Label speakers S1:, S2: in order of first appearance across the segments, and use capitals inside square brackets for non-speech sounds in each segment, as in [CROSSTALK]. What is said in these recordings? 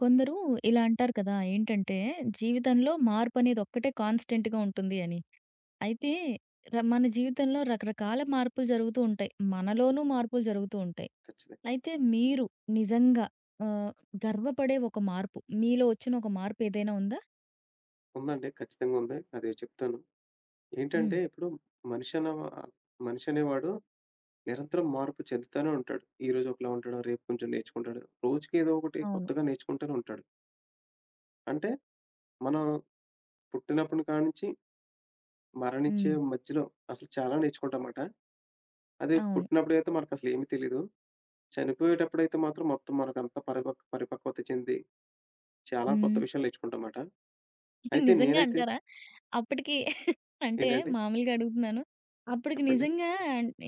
S1: కొందరు ఇలా అంటారు కదా! ఏంటంటే, జీవితంలో మార్పనేది ఒక్కటే కాన్‌స్టెంట్‌గా ఉంటుంది అని. అయితే మన జీవితంలో రకరకాల మార్పులు జరుగుతూ ఉంటాయి. మనలోనూ మార్పులు జరుగుతూ ఉంటాయి.
S2: ఖచ్చితంగా.
S1: అయితే మీరు నిజంగా ఆహ్, గర్వపడే ఒక మార్పు, మీలో వచ్చిన ఒక మార్పు ఏదైనా ఉందా?
S2: ఉందండి. ఖచ్చితంగా ఉంది. అది చెప్తాను.
S1: హ్మ్.
S2: ఏంటంటే ఇప్పుడు మనిషి అనే వా మనిషి అనేవాడు నిరంతరం మార్పు చెందుతానే ఉంటాడు. ఈరోజు ఒకలా ఉంటాడు. రేపు కొంచెం నేర్చుకుంటాడు. రోజుకి ఏదో ఒకటి
S1: అవును.
S2: కొత్తగా నేర్చుకుంటూనే ఉంటాడు. అంటే మనం పుట్టినప్పటి కానుంచి మరణించే
S1: హ్మ్.
S2: మధ్యలో అసలు చాలా నేర్చుకుంటామాట. అదే
S1: అవును.
S2: పుట్టినప్పుడైతే మనకసలు ఏమీ తెలీదు. చనిపోయేటప్పుడైతే మాత్రం మొత్తం మనకంతా పరిపక్వత చెంది చాలా కొత్త
S1: హ్మ్.
S2: విషయాలు నేర్చుకుంటామాట. అయితే
S1: నిజంగా
S2: నేనైతే
S1: అంటారా? అప్పటికి [LAUGHS] అంటే
S2: ఏంటండి?
S1: మామూలుగా అడుగుతున్నాను. అప్పటికి
S2: చెప్పండి.
S1: నిజంగా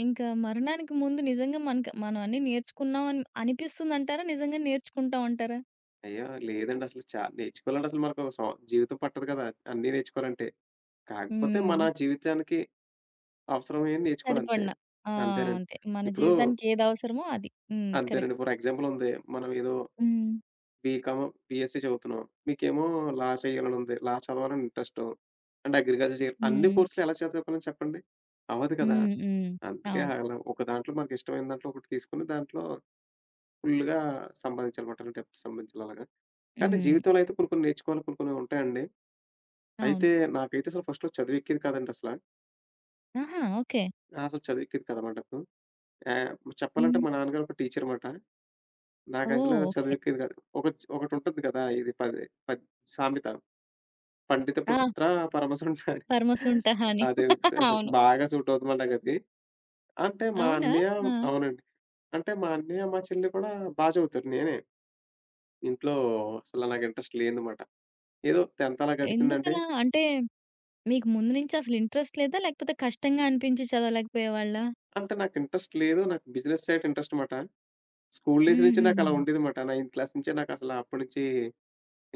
S1: ఇంకా మరణానికి ముందు నిజంగా మనకు మనం అన్నీ నేర్చుకున్నాం అని అనిపిస్తుందంటారా? నిజంగా నేర్చుకుంటాం అంటారా?
S2: అయ్యో! లేదండి అసలు నేర్చుకోవాలంటే అసలు మనకు ఒక సం జీవితం పట్టదు కదా! అన్నీ నేర్చుకోవాలంటే. కాకపోతే
S1: హ్మ్.
S2: మన జీవితానికి అవసరమైనవి నేర్చుకోవాలంతే.
S1: సరిపడిన. ఆ!
S2: అంతేనండి.
S1: అంతే. మన
S2: ఇప్పుడు
S1: జీవితానికి ఏది అవసరమో అది. హ్మ్. కరెక్ట్.
S2: అంతేనండి. ఫర్ ఎగ్జాంపుల్ ఉంది. మనం ఏదో
S1: హ్మ్.
S2: బీకామ్, బీఎస్సీ చదువుతున్నాం. మీకేమో లా చేయాలని ఉంది. లా చదవాలని ఇంట్రెస్ట్. అండ్ అగ్రికల్చర్ చేయాలి. అన్ని
S1: హ్మ్.
S2: కోర్సులు ఎలా చదువుకోవాలని చెప్పండి? అవ్వదు కదా!
S1: హ్మ్. హ్మ్.
S2: అందుకే
S1: అవును.
S2: అలా ఒక దాంట్లో మనకి ఇష్టమైన దాంట్లో ఒకటి తీసుకొని దాంట్లో ఫుల్‌గా సంపాదించాలన్నమాట. డబ్బు సంపాదించాలి అలాగా. కానీ
S1: హ్మ్.
S2: జీవితంలో అయితే కొన్ని కొన్ని నేర్చుకోవాలి. కొన్ని కొన్ని ఉంటాయండి.
S1: అవును.
S2: అయితే నాకైతే అసలు ఫస్ట్‌లో చదువెక్కేది కాదండి అసల.
S1: ఆహా! ఓకే.
S2: ఆ! అసలు చదువెక్కేది కాదనమాట నాకు. ఆహ్, చెప్పాలంటే
S1: హ్మ్.
S2: మా నాన్నగారు ఒక టీచర్ మాట. నాకసలు
S1: ఓహ్! ఓకే.
S2: చదువెక్కేది కాదు. ఒకటుంటది కదా! ఇది పది పద్ సామెత పండిత
S1: ఆ!
S2: పుత్ర పరమసుంట అని.
S1: పరమ సుంఠ అని.
S2: అది స
S1: [LAUGHS]
S2: స
S1: అవును.
S2: బాగా సూట్ అవుతుందండి నాకది. అంటే మా
S1: అవునా?
S2: అన్నయ్య
S1: ఆ!
S2: అవునండి. అంటే మా అన్నయ్య, మా చెల్లి కూడా బా చదువుతారు. నేనే ఇంట్లో అసలు నాకు ఇంట్రెస్ట్ లేదనమాట. ఏదో 10థ్ అలా గడిచిందండి.
S1: ఎందుకలా? అంటే మీకు ముందు నుంచి అసలు ఇంట్రెస్ట్ లేదా? లేకపోతే కష్టంగా అనిపించి చదవలేకపోయేవాళ్ళా?
S2: అంటే నాకు ఇంట్రెస్ట్ లేదు. నాకు బిజినెస్ సైడ్ ఇంట్రెస్ట్ మాట. స్కూల్ డేస్ నుంచి నాకలా
S1: హుహుహు.
S2: ఉండేదమాట. నైన్త్ క్లాస్ నుంచే నాకసల అప్పటి నుంచి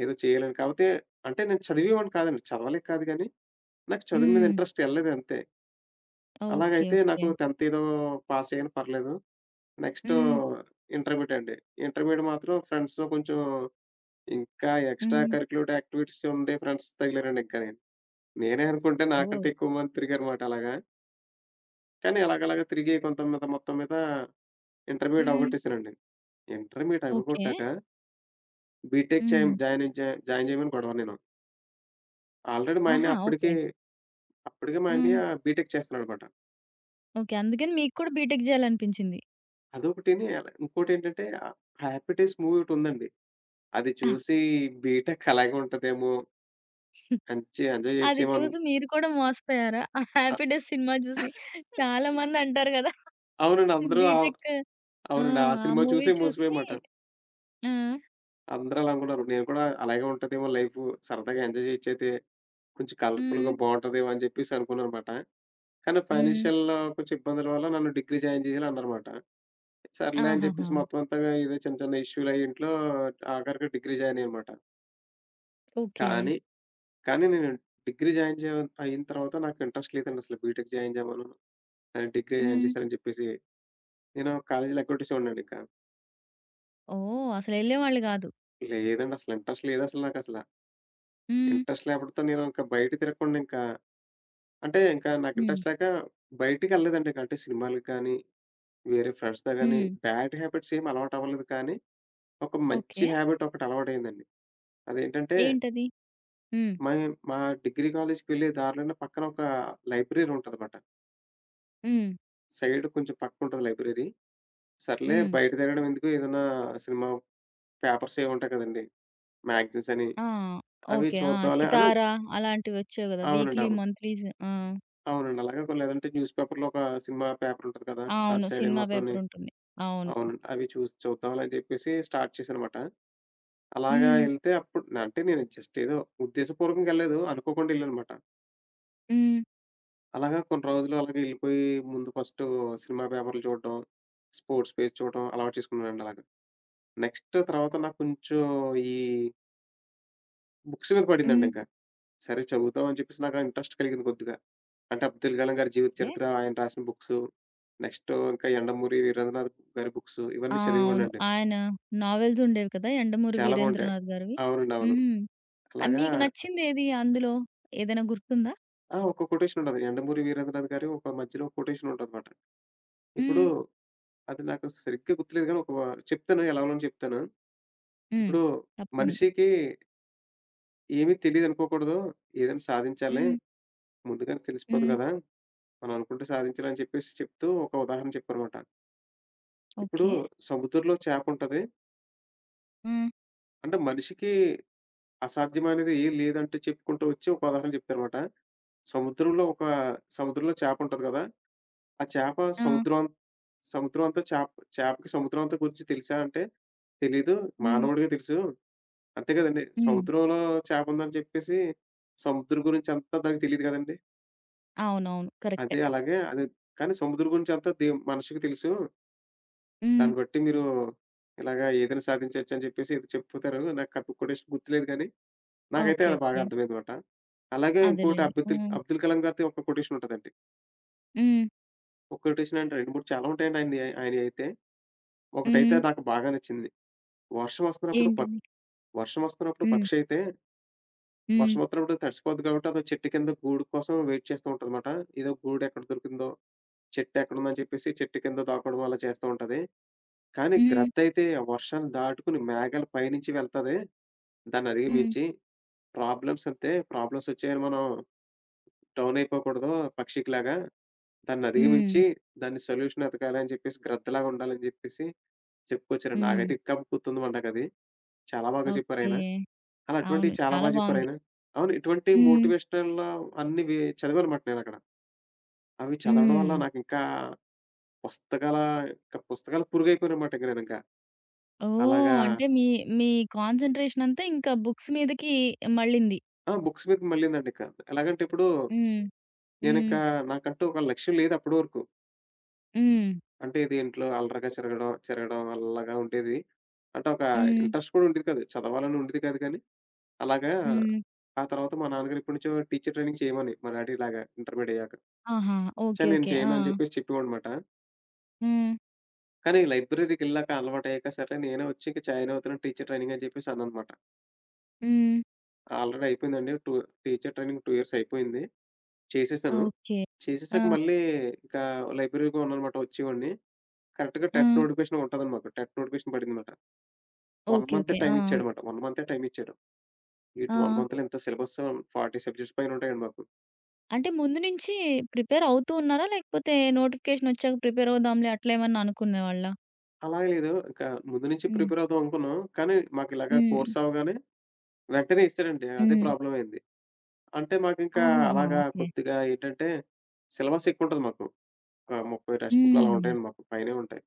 S2: ఏదో చేయాలని కాపోతే అంటే నేను చదివేవాడిని కాదండి. చదవలేక కాదు గానీ, నాకు చదువు మీద
S1: హ్మ్.
S2: ఇంట్రెస్ట్ ఎళ్ళలేదు అంతే.
S1: ఓకే.
S2: అలాగైతే
S1: ఓకే.
S2: నాకు 10థ్ ఏదో పాస్ అయ్యాను పర్లేదు. నెక్స్ట్
S1: హ్మ్.
S2: ఇంటర్మీడియేట్ అండి. ఇంటర్మీడియేట్ మాత్రం ఫ్రెండ్స్‌తో కొంచెం ఇంకా ఎక్స్‌ట్రా
S1: హ్మ్.
S2: కరిక్యులర్ యాక్టివిటీస్ ఉండే ఫ్రెండ్స్ తగిలారండి ఇంకా నేను. నేనే అనుకుంటే నాకంటే
S1: ఓహ్!
S2: ఎక్కువ మంది తిరిగారుమాట అలాగా. కానీ అలాగలాగా తిరిగి కొంత మీద మొత్తం మీద ఇంటర్మీడియేట్
S1: హ్మ్.
S2: అవగొట్టేసానండి. Intermediate
S1: okay.
S2: అవగొట్టాక బీటెక్
S1: హ్మ్.
S2: చేయం జాయిన్ జా జాయిన్ చేయమని గొడవ నేను. ఆల్రెడీ మా
S1: ఆహా!
S2: అన్నయ్య
S1: ఓకే.
S2: అప్పటికే అప్పటికే మా
S1: హ్మ్.
S2: అన్నయ్య బీటెక్ చేస్తున్నాడనమాట.
S1: ఓకే. అందుకని మీకు కూడా బీటెక్ జేయాలనిపించింది.
S2: అదొకటిని ఎలా ఇంకోటేంటంటే 'హ్యాపీ డేస్' మూవీ ఒకటుందండి. అది చూసి బీటెక్ అలాగే ఉంటదేమో, మంచి ఎంజాయ్
S1: అది
S2: చేయొచ్చేమో అను
S1: చూసి మీరు కూడా మోసపోయారా? ఆ
S2: అ
S1: 'హ్యాపీ డేస్' సినిమా చూసి చాలా మంది అంటారు గదా!
S2: అవునండి. అందరూ
S1: బీటెక్ ఆ!
S2: అవునండి. ఆ
S1: ఆ
S2: సినిమా
S1: మూవీ
S2: చూసే
S1: చూసి
S2: మోసపోయామాట.
S1: ఆ!
S2: అందరూ అలా అనుకున్నారు. నేను కూడా అలాగే ఉంటదేమో లైఫు సరదాగా ఎంజాయ్ చేయొచ్చయితే, కొంచెం
S1: హ్మ్.
S2: కలర్‌ఫుల్‌గా బావుంటదేమో అని చెప్పేసి అనుకున్నాననమాట. కానీ
S1: హ్మ్.
S2: ఫైనాన్షియల్‌లో కొంచెం ఇబ్బందుల వల్ల నన్ను డిగ్రీ జాయిన్ చేయాలన్నారమాట. సర్లే అని
S1: ఆహాహా!
S2: జెప్పేసి మొత్తం అంతా ఏదో చిన్న చిన్న ఇష్యూలయి ఇంట్లో ఆఖరికి డిగ్రీ జాయిన్ అయ్యానమాట.
S1: ఓకే.
S2: కానీ, కానీ నేను డిగ్రీ జాయిన్ జే అయిన తర్వాత నాకు ఇంట్రెస్ట్ లేదండి అసలు బీటెక్ జాయిన్ జేమను. డిగ్రీ జాయిన్
S1: హ్మ్.
S2: చేశానని జెప్పేసి. నేను కాలేజీలు ఎగ్గొట్టేసేవాడినండి ఇంకా.
S1: ఓహ్! అసలెళ్ళేవాళ్ళు గాదు.
S2: లేదండి అసలు ఇంట్రెస్ట్ లేదసలు నాకసల.
S1: హ్మ్.
S2: ఇంట్రెస్ట్ లేకపోతే నేను ఇంక బయట తిరగకుండా ఇంకా అంటే ఇంకా నాకు
S1: హ్మ్.
S2: ఇంట్రెస్ట్ లేక బయటికెళ్ళలేదండి. అంటే సినిమాలకి గానీ, వేరే ఫ్రెండ్స్‌తో గానీ
S1: హ్మ్.
S2: బ్యాడ్ హ్యాబిట్స్ ఏమి అలవాటవ్వలేదు కానీ, ఒక మంచి
S1: ఓకే.
S2: హ్యాబిట్ ఒకటి అలవాటయిందండి. అదేంటంటే
S1: ఏంటది? హ్మ్.
S2: మై మా డిగ్రీ కాలేజ్‌కెళ్ళే దారిలోనే పక్కన ఒక లైబ్రరీ ఉంటదమాట.
S1: హ్మ్.
S2: సైడ్ కొంచెం పక్కుంటది లైబ్రరీ. సర్లే
S1: హ్మ్.
S2: బయట తిరగడం ఎందుకు ఏదైనా సినిమా పేపర్స్ ఏవో ఉంటాయి కదండీ! మ్యాగజైన్స్ అని
S1: ఆ!
S2: అవి
S1: ఓకే. ఆ!
S2: చూద్దాంలే అని
S1: 'సితారా' అలాంటివొచ్చేవి గదా!
S2: అవునండి.
S1: వీక్లీ,
S2: అవును.
S1: మంత్లీస్ ఆ!
S2: అవునండి. అలాగే కొన్ని, లేదంటే న్యూస్ పేపర్‌లో ఒక సినిమా పేపర్ ఉంటది కదా!
S1: అవును.
S2: అటు సైడ్
S1: సినిమా
S2: మొత్తాన్ని
S1: పేపరుంటుంది. అవును.
S2: అవునండి. అవి చూసి చూద్దాంలే అని చెప్పేసి స్టార్ట్ చేశానమాట. అలాగా
S1: హ్మ్.
S2: ఎళ్తే అప్పుడు అంటే నేను జస్ట్ ఏదో ఉద్దేశపూర్వకంగా ఎళ్ళలేదు. అనుకోకుండా ఎళ్ళానమాట.
S1: హ్మ్.
S2: అలాగా కొన్ని రోజులు అలాగే ఎళ్ళిపోయి ముందు ఫస్టు సినిమా పేపర్‌లు చూడడం, స్పోర్ట్స్ పేజ్ చూడడం అలవాటు చేసుకున్నానండి అలాగా. నెక్స్ట్ తర్వాత నాకు కొంచెం ఈ బుక్స్ మీద పడిందండి
S1: హ్మ్.
S2: ఇంక. సరే చదువుదాం అని చెప్పేసి నాకు ఇంట్రెస్ట్ కలిగింది కొద్దిగా. అంటే అబ్దుల్ కలాం గారి జీవిత
S1: ఓకే.
S2: చరిత్ర, ఆయన రాసిన బుక్సు, నెక్స్ట్ ఇంకా యండమూరి వీరేంద్రనాథ్ గారి బుక్సు
S1: ఆ!
S2: ఇవన్నీ
S1: అవును.
S2: చదివేవాడినండి.
S1: ఆయన నావెల్సుండేవి కదా! 'యండమూరి
S2: చాలా బావుంటాయి.
S1: వీరేంద్రనాథ్' గారివి.
S2: అవునండి. అవును.
S1: హ్మ్.
S2: అలాగా
S1: మీకు నచ్చిందేది అందులో? ఏదైనా గుర్తుందా?
S2: ఆ! ఒక కొటేషన్ ఉంటది. యండమూరి వీరేంద్రనాథ్ గారి ఒక మధ్యలో కొటేషన్ ఉంటదన్నమాట. ఇప్పుడు
S1: హ్మ్.
S2: అది నాకు సరిగ్గా గుర్తులేదు గానీ ఒక చెప్తాను ఎలాగోలని చెప్తాను.
S1: హ్మ్.
S2: ఇప్పుడు
S1: తప్పకుండా.
S2: మనిషికి ఏమీ తెలీదనుకోకూడదు. ఏదైనా సాధించాలి.
S1: హ్మ్.
S2: ముందుగానే తెలిసిపోదు
S1: హ్మ్.
S2: గదా! మనం అనుకుంటే సాధించాలని చెప్పేసి చెప్తూ ఒక ఉదాహరణ చెప్పారమాట. ఇప్పుడు
S1: ఓకే.
S2: సముద్రంలో చేపుంటది.
S1: హ్మ్.
S2: అంటే మనిషికి అసాధ్యమనేది ఏం లేదంటూ చెప్పుకుంటూ వచ్చి ఒక ఉదాహరణ చెప్తారమాట. సముద్రంలో ఒక సముద్రంలో చేపుంటది గదా! ఆ చేప
S1: ఆ!
S2: సముద్రం అంత- సముద్రం అంతా చేప చేపకి సముద్రం అంతా గురించి తెలుసా అంటే, తెలీదు.
S1: హ్మ్.
S2: మానవుడికే తెలుసు. అంతే కదండీ!
S1: హ్మ్.
S2: సముద్రంలో చేప ఉందని చెప్పేసి సముద్రం గురించి అంతా దానికి తెలీదు కదండీ!
S1: అవునవును. కరెక్టే.
S2: అదే అలాగే అది కానీ సముద్రం గురించి అంతా దే మనిషికి తెలుసు.
S1: హ్మ్.
S2: దాన్ని బట్టి మీరు ఇలాగా ఏదైనా సాధించొచ్చు అని చెప్పేసి ఏదో చెప్పుతారు. నాకు ఆ కొటేషన్ కూడా గుర్తులేదు కానీ, నాకైతే
S1: ఓకే.
S2: అది బాగా
S1: ఓకే.
S2: అర్థమైందన్నమాట. అలాగే ఇంకోటి
S1: అదేలెండి.
S2: అబ్దుల్
S1: హ్మ్.
S2: అబ్దుల్ కలాం గారిది ఒక కొటేషన్ ఉంటదండి.
S1: హ్మ్.
S2: ఒక కొటేషన్ అంటే 2, 3 చాలా ఉంటాయండి ఆయనయి ఆయనయి అయితే.
S1: హ్మ్.
S2: ఒకటైతే నాకు బాగా నచ్చింది. వర్షం వస్తున్నప్పుడు పక్
S1: ఏంటది?
S2: వర్షం వస్తున్నప్పుడు
S1: హ్మ్.
S2: పక్షి అయితే
S1: హ్మ్.
S2: వర్షం వస్తున్నప్పుడు తడిసిపోద్ది కాబట్టి అదో చెట్టు కింద గూడు కోసం వెయిట్ చేస్తూ ఉంటదన్నమాట. ఏదో గూడు ఎక్కడ దొరికిందో, చెట్టు ఎక్కడుందని చెప్పేసి చెట్టు కింద దాక్కోవడం అలా చేస్తూ ఉంటది. కానీ
S1: హ్మ్.
S2: గ్రద్ద అయితే ఆ వర్షాన్ని దాటుకొని మేఘాల పైనుంచి వెళ్తది. దాన్ని
S1: హ్మ్.
S2: అధిగమించి ప్రాబ్లమ్స్ వచ్చాయని మనం డౌన్ అయిపోకూడదు పక్షికిలాగా. దాన్ని
S1: హ్మ్.
S2: అధిగమించి దాన్ని సొల్యూషన్ ఎతకాలి అని చెప్పేసి గ్రద్దలాగా ఉండాలని చెప్పేసి చెప్పుకొచ్చారండి.
S1: హ్మ్.
S2: నాకైతే ఇంకా గుర్తుందన్నమాట నాకది. చాలా బాగా
S1: ఓకే.
S2: చెప్పారాయన. అలా
S1: అవును.
S2: అటువంటివి చాలా
S1: చాలా
S2: బా
S1: బావుంది.
S2: చెప్పారాయన. అవును. ఇటువంటి
S1: హ్మ్.
S2: మోటివేషనల్ అన్నీ వే చదివానమాట నేనక్కడ. అవి చదవడం
S1: హ్మ్.
S2: వల్ల నాకింకా పుస్తకాల పుస్తకాల పురుగయిపోయానమాట ఇంక నేనింక. అలాగా
S1: ఓహ్! అంటే మీ మీ కాన్సంట్రేషన్ అంతా ఇంకా బుక్స్ మీదకి మళ్ళింది.
S2: ఆ! బుక్స్ మీదకి మళ్ళిందండింక. ఎలాగంటే ఇప్పుడు
S1: హ్మ్. హ్మ్.
S2: నేనింకా నాకంటూ ఒక లక్ష్యం లేదు అప్పటి వరకు.
S1: హ్మ్.
S2: అంటే ఇది ఇంట్లో అల్లరిగా చెరగడం, చెరగడం అలాగా ఉండేది. అంటే ఒక
S1: హ్మ్.
S2: ఇంట్రెస్ట్ కూడా ఉండేది కాదు. చదవాలని ఉండేది కాదు కానీ అలాగా
S1: హ్మ్.
S2: ఆ తర్వాత మా నాన్నగారు ఎప్పటి నుంచో టీచర్ ట్రైనింగ్ చేయమని మా డాడీ ఇలాగా ఇంటర్మీడియట్ అయ్యాక.
S1: ఆహా!
S2: చా
S1: ఓకే.
S2: నేను
S1: ఓకే. ఆ!
S2: చేయను అని చెప్పేసి చెప్పేవాడనమాట.
S1: హ్మ్.
S2: కానీ లైబ్రరీకెళ్ళాక అలవాటయ్యాక సరే నేనే వచ్చి ఇంక జాయిన్ అవుతున్నాను టీచర్ ట్రైనింగ్ అని చెప్పేసి అన్నాననమాట.
S1: హ్మ్.
S2: ఆల్రెడీ అయిపోయిందండి. టీచర్ ట్రైనింగ్ 2 years ఇయర్స్ అయిపోయింది. చేసేసాను.
S1: ఓకే.
S2: చేసేసాక
S1: ఆ!
S2: మళ్ళీ ఇక లైబ్రరీ‌కి ఉన్నాననమాట వచ్చేవాడిని. కరెక్ట్‌గా
S1: ఆ!
S2: టెట్ నోటిఫికేషన్ ఉంటదండి మాకు. టెట్ నోటిఫికేషన్ పడిందనమాట. 1 month
S1: ఓకే.
S2: మంతే
S1: ఓకే. ఆ!
S2: టైమ్ ఇచ్చాడనమాట. 1 month మంతే టైమ్ ఇచ్చాడు. ఇటు 1 month
S1: ఆ!
S2: మంత్‌లో ఇంత సిలబస్ 40 సబ్జెక్ట్స్ పైన ఉంటాయండి మాకు.
S1: అంటే ముందు నుంచి ప్రిపేర్ అవుతూ ఉన్నారా? లేకపోతే నోటిఫికేషన్ ఒచ్చాక ప్రిపేర్ అవుదాంలే అట్లా ఏమన్నా అనుకునేవాళ్ళా?
S2: అలా లేదు. ఇక ముందు నుంచి
S1: హ్మ్.
S2: ప్రిపేర్ అవుదాం అనుకున్నాం. కానీ మాకు ఇలాగ
S1: హ్మ్.
S2: కోర్స్ అవ్వగానే వెంటనే ఇచ్చారండి. అదే
S1: హ్మ్.
S2: ప్రాబ్లమ్ అయింది. అంటే మాకింకా
S1: ఆహాహా!
S2: అలాగా
S1: ఓకే.
S2: కొద్దిగా ఏంటంటే, సిలబస్ ఎక్కువుంటది మాకు. ఒక 30 టెక్స్ట్ బుక్‌లు అలా
S1: హ్మ్.
S2: ఉంటాయండి మాకు. పైనే ఉంటాయి.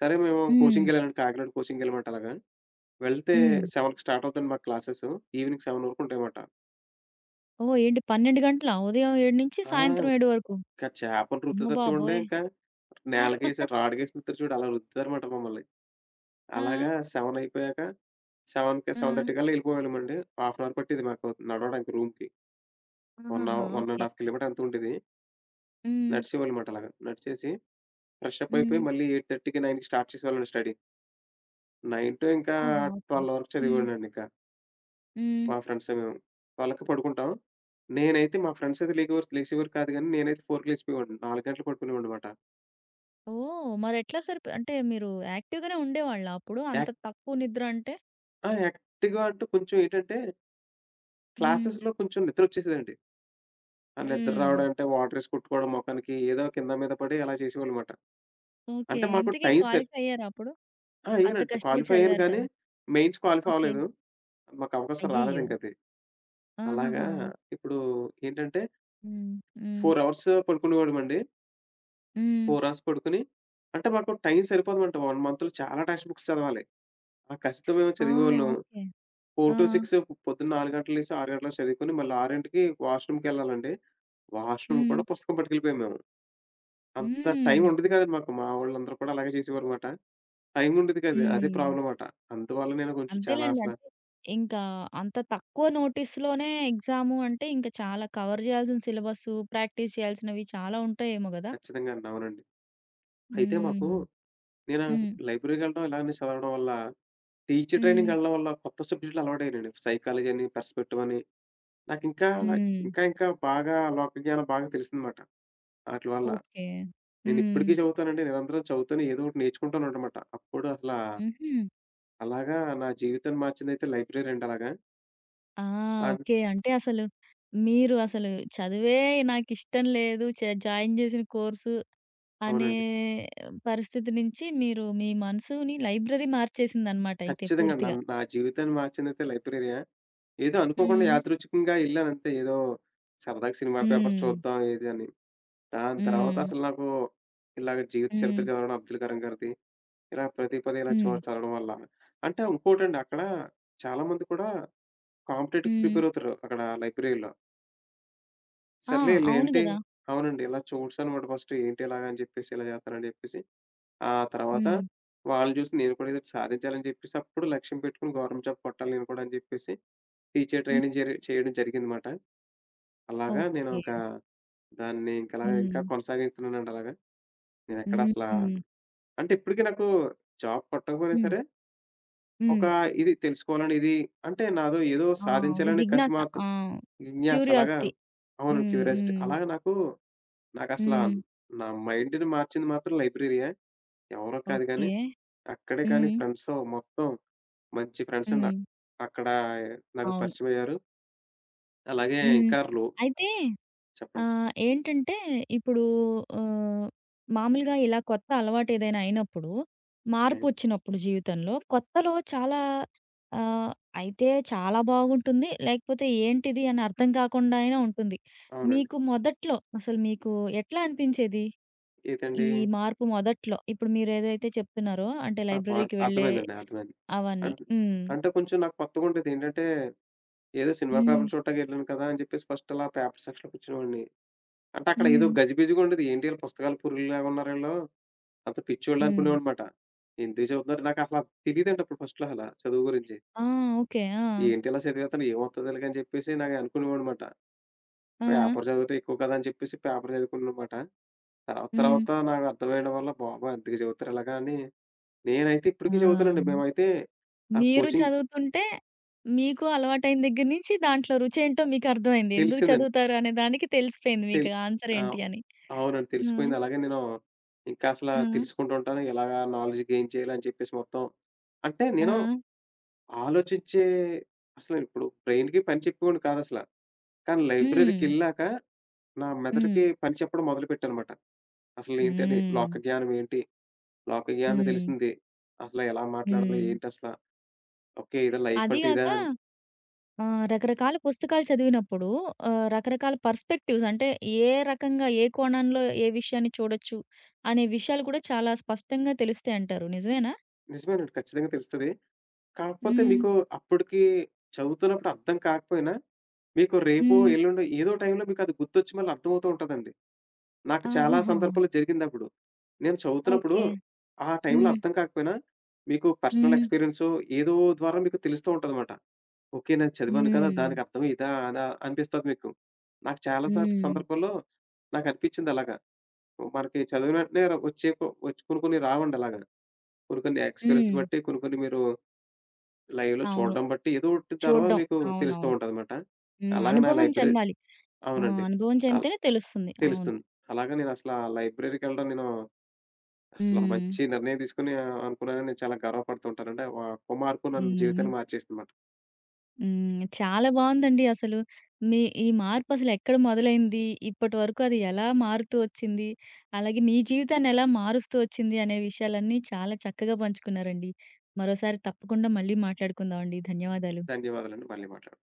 S2: సరే మేము
S1: హ్మ్.
S2: కోచింగ్‌కెళ్ళానండి. కాకినాడ కోచింగ్‌కెళ్ళమంటే అలాగా. వెళ్తే
S1: హ్మ్.
S2: 7కి స్టార్ట్ అవుతాయండి మాకు క్లాసెసు. ఈవినింగ్ 7 వరకు ఉంటాయమాట.
S1: ఓహ్! ఏంటి 12 గంటలా? ఉదయం 7 నుంచి
S2: ఆ!
S1: సాయంత్రం 7 వరకు.
S2: ఇంకా చేపను
S1: అమ్మ
S2: రుద్దుతారు చూడండి
S1: బాబోయ్!
S2: ఇంకా.
S1: ఆ!
S2: నేలకేసి, రాడ్‌కేసి రుద్దుతారు చూడు అలా రుద్దుతారన్నమాట మమ్మల్ని.
S1: ఆ!
S2: అలాగా 7 అయిపోయాక 7కి 7:30 కల్లా ఎళ్ళిపోయేవాళ్ళమండి. హాఫ్ అన్ అవర్ పట్టేది మాకు నడవడానికి రూమ్‌కి. 1
S1: ఆహాహా!
S2: Hour 1
S1: okay.
S2: ½ కిలోమీటర్ ఎంతో ఉండేది.
S1: హ్మ్.
S2: నడిచేవాళ్ళమాట అలాగా. నడిచేసి ఫ్రెషప్ అయిపోయి
S1: హ్మ్.
S2: మళ్ళీ 8:30కి, 9కి స్టార్ట్ చేసేవాళ్ళం స్టడీ. 9 టు ఇంకా
S1: ఆహా! ఓకే.
S2: 12 వరకు
S1: హ్మ్.
S2: చదివేవాడినండింకా.
S1: హ్మ్.
S2: మా ఫ్రెండ్స్ మేము. 12కి పడుకుంటాం. నేనైతే మా ఫ్రెండ్స్ అయితే లేసేవారు కాదు గానీ, నేనైతే 4కి లేసిపోయేవాడిని. 4 గంటలు పడుకునేవాడినమాట.
S1: ఓహ్! మరెట్లా సరిపో అంటే మీరు యాక్టివ్‌గానే ఉండేవాళ్ళా అప్పుడు? అంత
S2: యాక్
S1: తక్కువ నిద్ర అంటే?
S2: ఆ! యాక్టివ్‌గా అంటూ కొంచెం ఏంటంటే,
S1: హ్మ్.
S2: క్లాసెస్‌లో కొంచెం నిద్రొచ్చేసేదండి. ఆ నిద్ర
S1: హ్మ్.
S2: రావడం అంటే వాటరేసి కొట్టుకోవడం మొఖానికి, ఏదో కింద మీద పడి అలా చేసేవాళ్ళమాట.
S1: ఓకే.
S2: అంటే మాకు
S1: ఇంతకీ
S2: టైం సెట్
S1: క్వాలిఫై అయ్యారా అప్పుడు?
S2: ఆ!
S1: అంత
S2: అయ్యానంట.
S1: కష్టపడి
S2: క్వాలిఫై అయ్యాను
S1: చదివారు
S2: కానీ,
S1: కదా!
S2: Mains qualify
S1: okay.
S2: అవ్వలేదు. మాకు అవకాశం
S1: అయ్యయ్యో!
S2: రాలేదింకది. అలాగా
S1: ఆహాహా!
S2: ఇప్పుడు ఏంటంటే
S1: హ్మ్. హ్మ్.
S2: 4 అవర్స్ పడుకునేవాడిమండి.
S1: హ్మ్.
S2: 4 అవర్స్ పడుకొని అంటే మాకు టైం సరిపోదనమాట. 1 month మంత్‌లో చాలా టెక్స్ట్ బుక్స్ చదవాలి. ఆ కసితో మేము
S1: ఆ!
S2: చదివేవాళ్ళం.
S1: ఓకే. ఆ!
S2: 4-6 పొద్దున్న 4 గంటలు లేసి 6 గంటలకు చదువుకొని మళ్ళీ 6కి వాష్‌రూమ్‌కెళ్ళాలండి. వాష్‌రూమ్
S1: హ్మ్.
S2: కూడా పుస్తకం పట్టుకెళ్ళిపోయాం మేము. అంత
S1: హ్మ్.
S2: టైం ఉండేది కాదండి మాకు. మా వోళ్ళందరూ కూడా అలాగే చేసేవారనమాట. టైం ఉండేది కాదు. అదే
S1: హ్మ్.
S2: ప్రాబ్లమ్ మాట. అందువల్ల నేను కొంచెం చాలా
S1: అంతేలెండి.
S2: అసల
S1: అంటే ఇంకా అంత తక్కువ నోటీస్‌లోనే ఎగ్జాము అంటే ఇంకా చాలా కవర్ జేయాల్సిన సిలబస్సు, ప్రాక్టీస్ చేయాల్సినవి చాలా ఉంటాయేమో గదా!
S2: ఖచ్చితంగా అవునండి. అయితే మాకు
S1: హ్మ్.
S2: నేను
S1: హ్మ్.
S2: లైబ్రరీకెళ్ళడం ఇలానే చదవడం వల్ల టీచర్
S1: హ్మ్.
S2: ట్రైనింగ్‌కెళ్ళడం వల్ల కొత్త సబ్జెక్టులు అలవాటయ్యానండి. సైకాలజీ అని, పర్స్పెక్టివ్ అని నాకింకా, ఇంకా
S1: హ్మ్.
S2: ఇంకా ఇంకా బాగా లోక జ్ఞానం బాగా తెలిసిందన్నమాట ఆటిల వల్ల.
S1: ఓకే. హ్మ్.
S2: నేనిప్పటికీ చదువుతానండి. నిరంతరం చదువుతాను. ఏదో ఒకటి నేర్చుకుంటానుంటమాట. అప్పుడు అసలా
S1: హుహు.
S2: అలాగా నా జీవితాన్ని మార్చిందైతే లైబ్రరీ అండి అలాగా.
S1: ఆ!
S2: అన్
S1: ఓకే. అంటే అసలు మీరు చదువే నాకిష్టం లేదు. జాయిన్ చేసిన కోర్సు అనే
S2: అవునండి.
S1: పరిస్థితి నుంచి మీరు మీ మనసుని లైబ్రరీ మార్చేసిందనమాట అయితే
S2: ఖచ్చితంగా
S1: పూర్తిగా.
S2: నా జీవితాన్ని మార్చిందైతే లైబ్రరీయే. ఏదో అనుకోకుండా
S1: హ్మ్.
S2: యాదృచ్ఛికంగా యెళ్ళానంతే. ఏదో సరదాగా సినిమా పేపర్
S1: హ్మ్.
S2: చూద్దాం ఇది అని. దాని తర్వాత
S1: హ్మ్.
S2: అసలు నాకు ఇలాగ జీవిత
S1: హ్మ్.
S2: చరిత్ర చదవడం అబ్దుల్ కరీం గారిది. ఇలా ప్రతి పదే ఇలా చో
S1: హ్మ్.
S2: చదవడం వల్ల. అంటే ఇంకోటండి అక్కడ చాలామంది కూడా కాంపిటేటివ్‌కి
S1: హ్మ్.
S2: ప్రిపేర్ అవుతారు అక్కడ లైబ్రరీలో.
S1: ఆ!
S2: సర్లే
S1: అవును
S2: ఈళ్ళేంటి
S1: గదా!
S2: అవునండి. ఇలా చూసానమాట ఫస్ట్ ఏంటి ఇలాగా అని చెప్పేసి ఇలా చేత్తన్నారని చెప్పేసి, ఆ తర్వాత
S1: హ్మ్.
S2: వాళ్ళని చూసి నేను కూడా ఏదోటి సాధించాలని చెప్పేసి అప్పుడు లక్ష్యం పెట్టుకొని గవర్నమెంట్ జాబ్ కొట్టాలి నేను కూడా అని చెప్పేసి టీచర్
S1: హ్మ్.
S2: ట్రైనింగ్ చేయడం జరిగిందమాట. అలాగా నేను
S1: ఓకే.
S2: ఇంకా దాన్ని ఇంకలా ఇంకా
S1: హ్మ్.
S2: కొనసాగిస్తున్నానండి అలాగా. నేనెక్కడ
S1: హ్మ్.
S2: అసలా
S1: హ్మ్.
S2: అంటే ఇప్పటికి నాకు జాబ్ కొట్టకపోయినా సరే ఒక
S1: హ్మ్.
S2: ఇది తెలుసుకోవాలని ఇది అంటే నాదో ఏదో
S1: ఆ! ఒక
S2: సాధించాలని కసి
S1: జిజ్ఞాస.
S2: మాత్రం
S1: ఆ!
S2: విన్యాస్ అలాగా.
S1: క్యూరియాసిటీ.
S2: అవును.
S1: హ్మ్.
S2: క్యూరియాసిటీ.
S1: హ్మ్.
S2: అలాగా నాకు నాకసలా
S1: హ్మ్.
S2: నా మైండ్‌ని మార్చింది మాత్రం లైబ్రరీయే. ఎవరో కాదు
S1: ఓకే.
S2: గానీ, అక్కడే కానీ
S1: హ్మ్.
S2: ఫ్రెండ్స్‌తో మొత్తం మంచి ఫ్రెండ్స్ నా
S1: హ్మ్.
S2: అక్కడ నాకు
S1: అవును.
S2: పరిచయమయ్యారు. అలాగే
S1: హ్మ్.
S2: ఇంకా రో
S1: అయితే
S2: చెప్పండి.
S1: ఏంటంటే ఇప్పుడు ఆహ్, మామూలుగా ఇలా కొత్త అలవాటేదైనా అయినప్పుడు,
S2: ఓకే.
S1: మార్పొచ్చినప్పుడు జీవితంలో కొత్తలో చాలా ఆహ్, అయితే చాలా బాగుంటుంది. లేకపోతే ఏంటిది అని అర్థం కాకుండా అయినా ఉంటుంది.
S2: అవునండి.
S1: మీకు మొదట్లో అసలు మీకు ఎట్లా అనిపించేది?
S2: ఏదండి?
S1: ఈ మార్పు మొదట్లో ఇప్పుడు మీరేదైతే చెప్తున్నారో అంటే
S2: ఆ! పార్క్
S1: లైబ్రరీకి వెళ్ళే
S2: అర్థమైందండి. అర్థమైంది.
S1: అవన్నీ.
S2: అన్
S1: హ్మ్.
S2: అంటే కొంచెం నాకు కొత్తగుండేది. ఏంటంటే, ఏదో సినిమా
S1: హ్మ్.
S2: పేపర్లు చూడటానికి ఎళ్ళాను కదా! అని చెప్పేసి ఫస్ట్ అలా పేపర్ సెక్షన్‌లో కూర్చునేవాడిని. అంటే అక్కడ ఏదో
S1: హ్మ్.
S2: గజిబిజిగా ఉండేది. ఏంటి ఈళ్ళు పుస్తకాల పురుగుల్లాగా ఉన్నారు ఈళ్ళు. అంత పిచ్చోళ్ళు
S1: హ్మ్.
S2: అనుకునేవాడినమాట. ఎందుకు చదువుతున్నారు నాకసల తెలీదండి అప్పుడు ఫస్ట్‌లో అసల చదువు గురించి.
S1: ఆ! ఓకే. ఆ!
S2: ఏంటి ఇలా చదివేత్తాను ఏమొత్తది ఈళ్ళకి అని చెప్పేసి నాకు అనుకునేవాడినమాట.
S1: ఆ!
S2: పేపర్ చదవటం ఎక్కువ కదా! అని చెప్పేసి పేపర్ చదువుకున్నానమాట. తర్వాత
S1: హ్మ్.
S2: తర్వాత నాకు అర్థమయ్యడం వల్ల బాబోయ్! ఎందుకు చదువుతారు ఇలాగా అని నేనైతే
S1: ఆ!
S2: ఇప్పటికి చదువుతానండి. మేమైతే ఆ
S1: మీరు
S2: కోచింగ్
S1: చదువుతుంటే మీకు అలవాటైన దగ్గర నుంచి దాంట్లో రుచేంటో మీకర్థమైంది. ఎందుకు
S2: తెలిసిందండి.
S1: చదువుతారు అనే దానికి తెలిసిపోయింది
S2: తెల్
S1: మీకు ఆన్సర్
S2: ఆహ్,
S1: ఏంటి అని.
S2: అవునండి.
S1: హ్మ్.
S2: తెలిసిపోయింది. అలాగే నేను ఇంకా అసల
S1: హ్మ్.
S2: తెలుసుకుంటూ ఉంటాను. ఎలాగా నాలెడ్జ్ గెయిన్ చేయాలి అని చెప్పేసి మొత్తం. అంటే
S1: ఆ!
S2: నేను ఆలోచించే అసలు ఇప్పుడు బ్రెయిన్‌కి పని చెప్పేవాడిని కాదసల. కానీ
S1: హ్మ్.
S2: లైబ్రరీకెళ్ళాక నా
S1: హ్మ్.
S2: మెదడుకి పని చెప్పడం మొదలుపెట్టానమాట. అసలు ఏంటని
S1: హ్మ్.
S2: లోక జ్ఞానం ఏంటి? లోక జ్ఞానం
S1: హ్మ్.
S2: తెలిసింది. అసలు ఎలా మాట్లాడాలి
S1: హ్మ్.
S2: ఏంటసల? ఓకే. ఇదా లైఫ్
S1: అది
S2: అంటే
S1: గాక
S2: ఇదా?
S1: రకరకాల పుస్తకాలు చదివినప్పుడు రకరకాల పర్స్‌పెక్టివ్స్ అంటే ఏ రకంగా, ఏ కోణంలో ఏ విషయాన్ని చూడొచ్చు అనే విషయాలు కూడా చాలా స్పష్టంగా తెలుస్తాయంటారు. నిజమేనా?
S2: నిజమేనండి. ఖచ్చితంగా తెలుస్తది. కాకపోతే
S1: హ్మ్.
S2: మీకు అప్పటికి చదువుతున్నప్పుడు అర్థం కాకపోయినా, మీకు రేపో,
S1: హ్మ్.
S2: ఎల్లుండో ఏదో టైంలో మీకది గుర్తొచ్చి మళ్ళీ అర్థమవుతూ ఉంటదండి. నాకు చాలా
S1: ఆహాహా!
S2: సందర్భాల్లో జరిగిందప్పుడు. నేను చదువుతున్నప్పుడు
S1: ఓకే.
S2: ఆ టైంలో
S1: హ్మ్.
S2: అర్థం కాకపోయినా, మీకు పర్సనల్
S1: హ్మ్.
S2: ఎక్స్‌పీరియన్సో ఏదో ద్వారా మీకు తెలుస్తూ ఉంటదన్నమాట. ఓకే. నేను చదివాను కదా!
S1: హ్మ్.
S2: దానికి అర్థం ఇదా? అనా? అనిపిస్తది మీకు. నాకు చాలా సార్లు
S1: హ్మ్.
S2: సందర్భాల్లో నాకనిపిచ్చింది అలాగా. మనకి చదివిన వెంటనే రా- వచ్చే కొ వచ్చి కొన్ని కొన్ని రావండి అలాగా. కొన్ని కొన్ని ఎక్స్‌పీరియన్స్
S1: హ్మ్.
S2: బట్టి కొన్ని కొన్ని మీరు లైవ్‌లో
S1: అవును.
S2: చూడడం బట్టి ఏదో ఒకటి తర్వాత
S1: చూడ్డం.
S2: మీకు తెలుస్తూ
S1: అవునవును.
S2: ఉంటదనమాట.
S1: హ్మ్.
S2: అలాగే నా
S1: అనుభవం
S2: లైబ్రరీ
S1: చెందాలి. ఆ!
S2: అవునండి.
S1: అనుభవం
S2: ఆహ్,
S1: చెందితేనే తెలుస్తుంది. అవును.
S2: తెలుస్తుంది. అలాగే నేనసల ఆ లైబ్రరీకెళ్ళడం నేను అసలు
S1: హ్మ్.
S2: మంచి నిర్ణయం తీసుకొని అనుకున్నానని నేను చాలా గర్వపడుతూ ఉంటానండి. ఆ ఒక్క మార్పు నన్ను
S1: హ్మ్.
S2: జీవితాన్ని మార్చేసిందనమాట.
S1: హ్మ్. చాలా బావుందండి అసలు. మీ ఈ మార్పు అసలెక్కడ మొదలైంది? ఇప్పటి వరకు అది ఎలా మారుతూ వచ్చింది? అలాగే మీ జీవితాన్ని ఎలా మారుస్తూ వచ్చింది అనే విషయాలన్నీ చాలా చక్కగా పంచుకున్నారండి. మరోసారి తప్పకుండా మళ్ళీ మాట్లాడుకుందాం అండి. ధన్యవాదాలు.
S2: ధన్యవాదాలండి. మళ్ళీ మాట్లాడతాను.